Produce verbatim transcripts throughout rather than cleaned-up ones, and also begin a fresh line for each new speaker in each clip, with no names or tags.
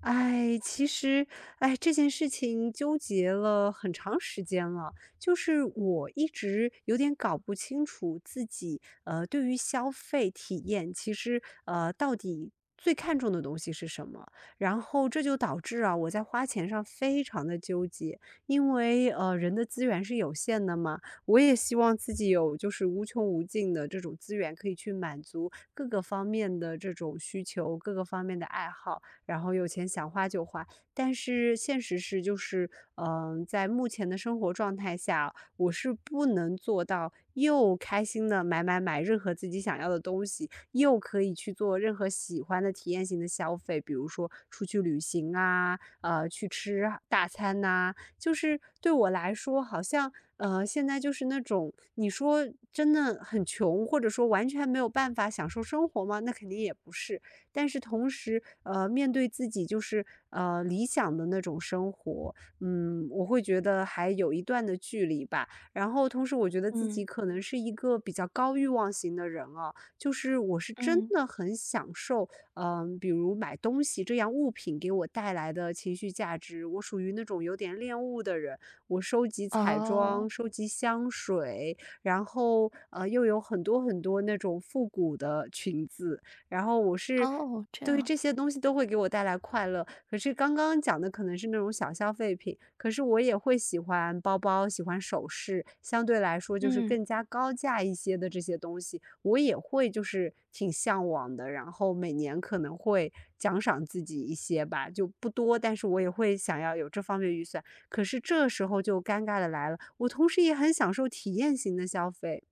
哎，其实，哎，这件事情纠结了很长时间了。就是我一直有点搞不清楚自己，呃，对于消费体验，其实，呃，到底最看重的东西是什么？然后这就导致啊，我在花钱上非常的纠结。因为，呃，人的资源是有限的嘛，我也希望自己有就是无穷无尽的这种资源，可以去满足各个方面的这种需求，各个方面的爱好。然后有钱想花就花。但是现实是，就是嗯、呃在目前的生活状态下，我是不能做到又开心的买买买任何自己想要的东西，又可以去做任何喜欢的体验型的消费，比如说出去旅行啊，呃，去吃大餐呐、就是对我来说，好像呃，现在就是那种你说真的很穷，或者说完全没有办法享受生活吗？那肯定也不是，但是同时，呃，面对自己就是呃理想的那种生活，嗯，我会觉得还有一段的距离吧。然后同时，我觉得自
嗯
己可能是一个比较高欲望型的人啊，就是我是真
嗯，
的很享受，嗯、比如买东西这样物品给我带来的情绪价值，我属于那种有点恋物的人，我收集彩妆，
哦，
收集香水，然后呃又有很多很多那种复古的裙子，然后我是
哦，这
对于
样，
这些东西都会给我带来快乐。可是刚刚讲的可能是那种小消费品，可是我也会喜欢包包、喜欢首饰，相对来说就是
嗯，
更加高价一些的这些东西，我也会就是挺向往的。然后每年可能会奖赏自己一些吧，就不多，但是我也会想要有这方面预算。可是这时候就尴尬的来了，我同时也很享受体验型的消费。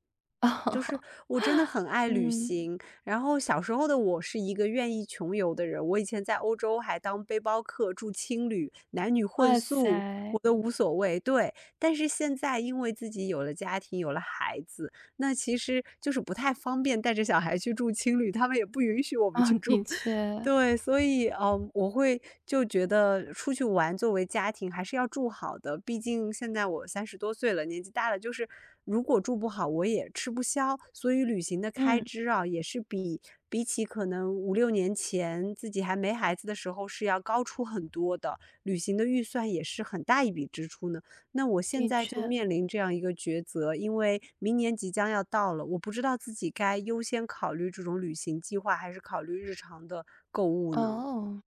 就是
哦，
我真的很爱旅
嗯，
行，然后小时候的我是一个愿意穷游的人，我以前在欧洲还当背包客，住青旅，男女混
哇
宿，我
塞，
都无所谓，对。但是现在因为自己有了家庭，有了孩子，那其实就是不太方便带着小孩去住青旅，他们也不允许我们
啊，
去
的
住。
确，
对，所以，嗯，我会就觉得出去玩作为家庭还是要住好的，毕竟现在我三十多岁了，年纪大了，就是如果住不好，我也吃不消，所以旅行的开
嗯，
支啊，也是比比起可能五六年前自己还没孩子的时候是要高出很多的，旅行的预算也是很大一笔支出呢。那我现
的
在就
确，
面临这样一个抉择，因为明年即将要到了，我不知道自己该优先考虑这种旅行计划，还是考虑日常的购物呢？
哦。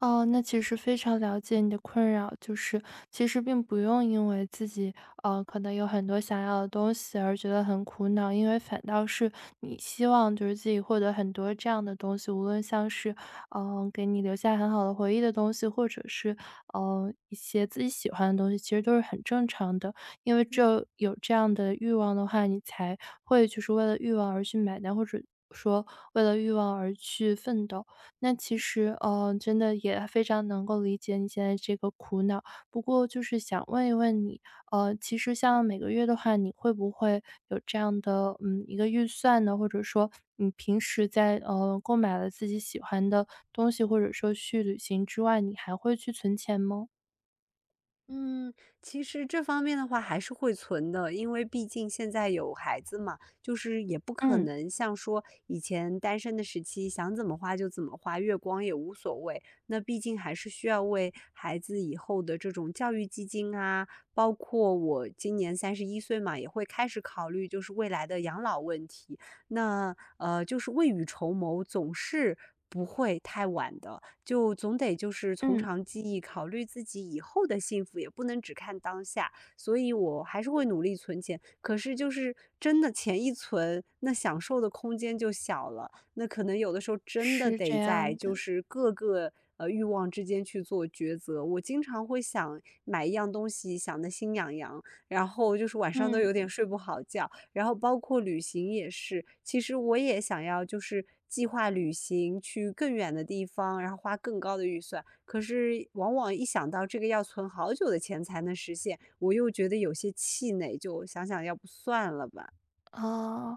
哦，那其实非常了解你的困扰，就是其实并不用因为自己呃可能有很多想要的东西而觉得很苦恼，因为反倒是你希望就是自己获得很多这样的东西，无论像是嗯、呃给你留下很好的回忆的东西，或者是呃一些自己喜欢的东西，其实都是很正常的，因为只有有这样的欲望的话，你才会就是为了欲望而去买单，或者说为了欲望而去奋斗。那其实，呃，真的也非常能够理解你现在这个苦恼。不过就是想问一问你，呃，其实像每个月的话，你会不会有这样的，嗯，一个预算呢？或者说你平时在，呃，购买了自己喜欢的东西，或者说去旅行之外，你还会去存钱吗？
嗯，其实这方面的话还是会存的，因为毕竟现在有孩子嘛，就是也不可
嗯
能像说以前单身的时期，想怎么花就怎么花，月光也无所谓。那毕竟还是需要为孩子以后的这种教育基金啊，包括我今年三十一岁嘛，也会开始考虑就是未来的养老问题。那呃，就是未雨绸缪，总是不会太晚的，就总得就是从
嗯，
长计议，考虑自己以后的幸福，也不能只看当下。所以我还是会努力存钱，可是就是真的钱一存，那享受的空间就小了，那可能有的时候真的
是
得
这
在
样
就
的，
是各个，呃，欲望之间去做抉择，我经常会想买一样东西，想的心痒痒，然后就是晚上都
嗯。
有点睡不好觉，然后包括旅行也是，其实我也想要就是计划旅行去更远的地方，然后花更高的预算，可是往往一想到这个要存好久的钱才能实现，我又觉得有些气馁，就想想要不算了吧。
哦，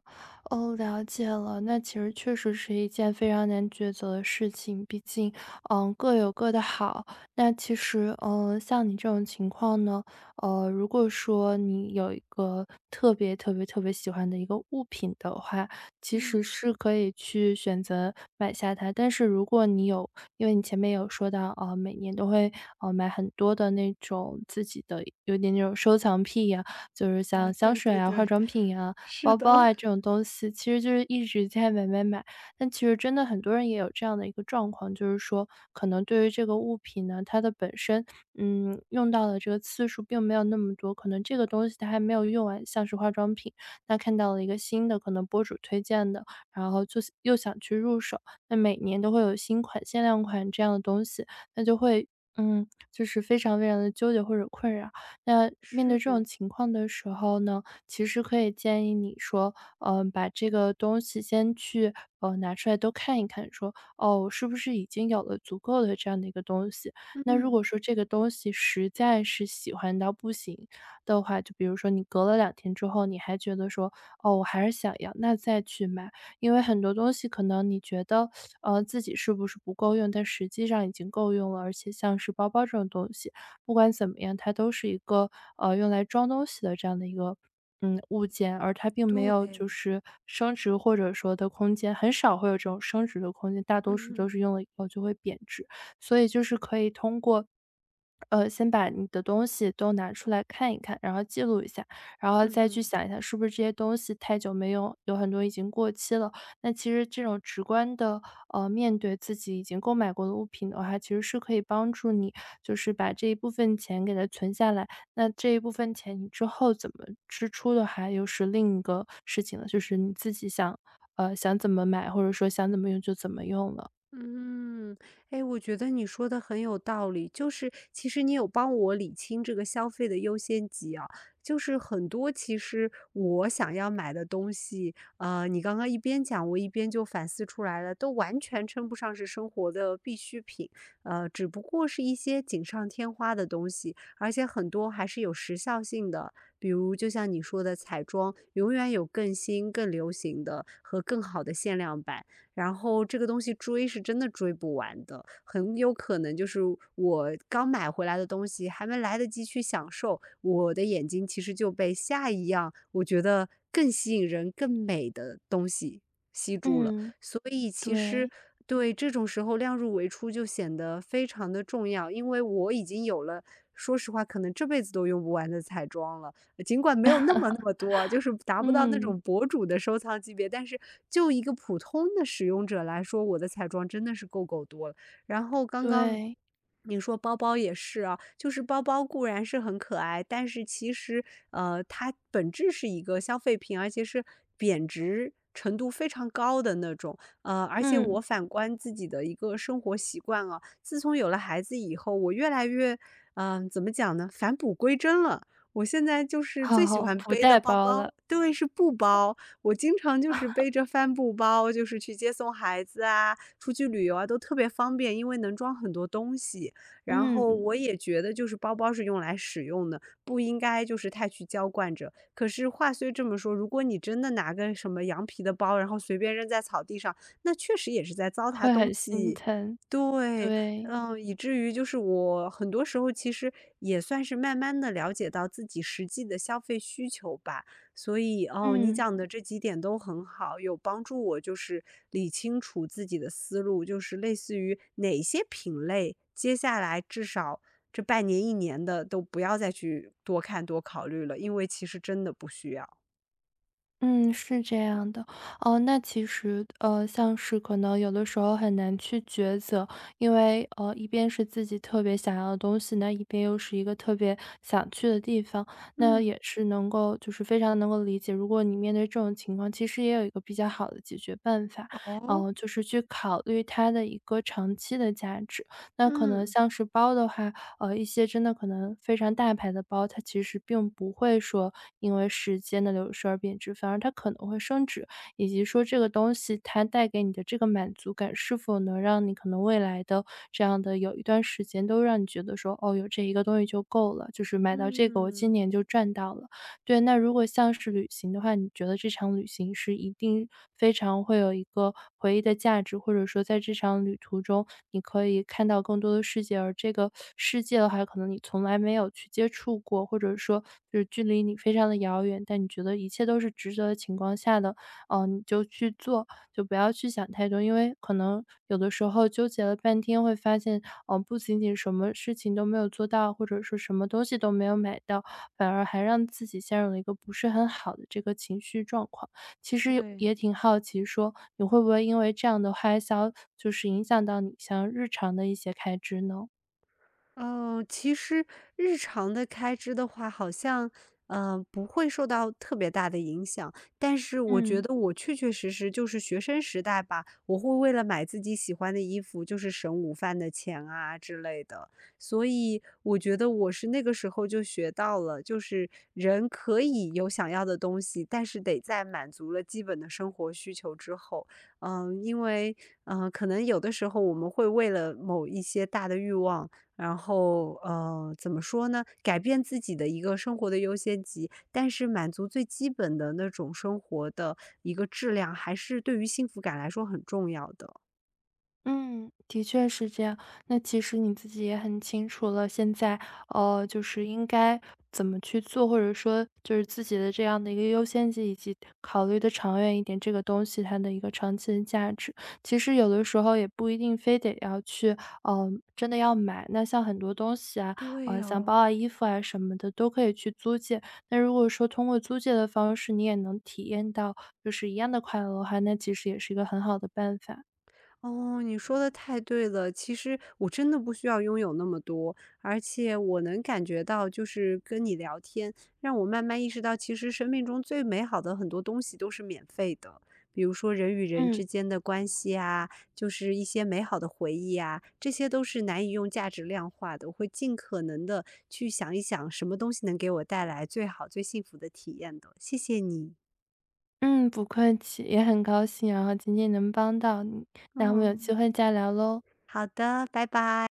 哦，了解了。那其实确实是一件非常难抉择的事情，毕竟，嗯，各有各的好。那其实，嗯，像你这种情况呢，呃，如果说你有一个特别特别特别喜欢的一个物品的话，其实
嗯。
是可以去选择买下它。但是如果你有，因为你前面有说到，呃，每年都会呃买很多的那种自己的有点那种收藏癖呀、就是
啊，
像香
对
水
对
啊、化
对，
妆品呀、
是
包
的。
包啊这种 东西，其实就是一直在买买买。但其实真的很多人也有这样的一个状况，就是说可能对于这个物品呢，它的本身，嗯，用到的这个次数并没有那么多，可能这个东西它还没有用完，像是化妆品，那看到了一个新的，可能博主推荐的，然后就又想去入手。那每年都会有新款、限量款这样的东西，那就会嗯，就是非常非常的纠结或者困扰。那面对这种
是。
情况的时候呢其实可以建议你说，嗯，把这个东西先去，呃，拿出来都看一看，说，哦，是不是已经有了足够的这样的一个东西？那如果
嗯，
说这个东西实在是喜欢到不行的话，就比如说你隔了两天之后，你还觉得说，哦，我还是想要，那再去买。因为很多东西可能你觉得，呃，自己是不是不够用，但实际上已经够用了。而且像是包包这种东西，不管怎么样，它都是一个，呃，用来装东西的这样的一个，嗯，物件，而它并没有就
对。
是升值或者说的空间，很少会有这种升值的空间，大多数
嗯
都
嗯
是用了以后就会贬值。所以就是可以通过，呃，先把你的东西都拿出来看一看，然后记录一下，然后
嗯
再去
哼。
想一下是不是这些东西太久没用，有很多已经过期了。那其实这种直观的呃，面对自己已经购买过的物品的话，其实是可以帮助你，就是把这一部分钱给它存下来。那这一部分钱你之后怎么支出的话，又是另一个事情了，就是你自己想，呃，想怎么买，或者说想怎么用就怎么用了。
嗯，哎，我觉得你说的很有道理，就是其实你有帮我理清这个消费的优先级啊，就是很多其实我想要买的东西，呃，你刚刚一边讲，我一边就反思出来了，都完全称不上是生活的必需品，呃，只不过是一些锦上添花的东西，而且很多还是有时效性的，比如就像你说的彩妆，永远有更新、更流行的和更好的限量版。然后这个东西追是真的追不完的，很有可能就是我刚买回来的东西还没来得及去享受，我的眼睛其实就被下一样我觉得更吸引人、更美的东西吸住了。
嗯，
所以其实
对，
对这种时候量入为出就显得非常的重要，因为我已经有了。说实话，可能这辈子都用不完的彩妆了，尽管没有那么那么多啊，就是达不到那
嗯，
种博主的收藏级别，但是就一个普通的使用者来说，我的彩妆真的是够够多了。然后刚刚
对，
你说包包也是啊，就是包包固然是很可爱，但是其实呃，它本质是一个消费品，而且是贬值，程度非常高的那种，呃，而且我
嗯，
反观自己的一个生活习惯啊，自从有了孩子以后，我越来越，嗯、怎么讲呢？返璞归真了，我现在就是最喜
好，
欢
不
背的
带
包
包
包
了。
对，是布包。我经常就是 背着帆布包，就是去接送孩子啊，出去旅游啊，都特别方便，因为能装很多东西。然后
嗯，
我也觉得就是包包是用来使用的，不应该就是太去娇惯着。可是话虽这么说，如果你真的拿个什么羊皮的包，然后随便扔在草地上，那确实也是在糟蹋
会
东
很心
西。
疼，
对，
对，
嗯，以至于就是我很多时候其实也算是慢慢的了解到自己实际的消费需求吧。所以，哦，你
嗯。
讲的这几点都很好，有帮助我就是理清楚自己的思路，就是类似于哪些品类，接下来至少这半年、一年的都不要再去多看多考虑了，因为其实真的不需要。
嗯，是这样的。哦，那其实，呃，像是可能有的时候很难去抉择，因为，呃，一边是自己特别想要的东西，那一边又是一个特别想去的地方，那
嗯
也是能够就是非常能够理解。如果你面对这种情况，其实也有一个比较好的解决办法，
嗯，哦，
嗯，就是去考虑它的一个长期的价值。那可能
嗯，
像是包的话，呃，一些真的可能非常大牌的包，它其实并不会说因为时间的流逝而贬值，反而它可能会升值，以及说这个东西它带给你的这个满足感，是否能让你可能未来的这样的有一段时间都让你觉得说，哦，有这一个东西就够了，就是买到这个我今
嗯，
年就赚到了。对，那如果像是旅行的话，你觉得这场旅行是一定非常会有一个回忆的价值，或者说在这场旅途中，你可以看到更多的世界，而这个世界的话，可能你从来没有去接触过，或者说就是距离你非常的遥远，但你觉得一切都是值得的情况下的，呃，你就去做。就不要去想太多，因为可能有的时候纠结了半天，会发现，嗯，不仅仅什么事情都没有做到，或者说什么东西都没有买到，反而还让自己陷入了一个不是很好的这个情绪状况。其实
对。
也挺好奇说，你会不会因为这样的花销，就是影响到你像日常的一些开支呢？
哦，其实日常的开支的话，好像，嗯不会受到特别大的影响。但是我觉
嗯。
得我确确实实就是学生时代吧，我会为了买自己喜欢的衣服，就是省午饭的钱啊之类的。所以我觉得我是那个时候就学到了，就是人可以有想要的东西，但是得在满足了基本的生活需求之后，嗯，因为，嗯，呃可能有的时候我们会为了某一些大的欲望。然后，呃，怎么说呢？改变自己的一个生活的优先级，但是满足最基本的那种生活的一个质量，还是对于幸福感来说很重要的。
嗯，的确是这样。那其实你自己也很清楚了，现在呃，就是应该怎么去做，或者说就是自己的这样的一个优先级，以及考虑的长远一点，这个东西它的一个长期的价值。其实有的时候也不一定非得要去，嗯、呃真的要买。那像很多东西啊，
对
呃，像包
哦。
啊、衣服啊什么的，都可以去租借。那如果说通过租借的方式，你也能体验到就是一样的快乐的话，那其实也是一个很好的办法。
哦，你说的太对了。其实我真的不需要拥有那么多，而且我能感觉到，就是跟你聊天，让我慢慢意识到，其实生命中最美好的很多东西都是免费的，比如说人与人
嗯，
之间的关系啊，就是一些美好的回忆啊，这些都是难以用价值量化的。我会尽可能的去想一想，什么东西能给我带来最好、最幸福的体验的。谢谢你。
嗯，不客气，也很高兴，然后今天能帮到你，那我们有机
嗯。
会再聊喽。
好的，拜拜。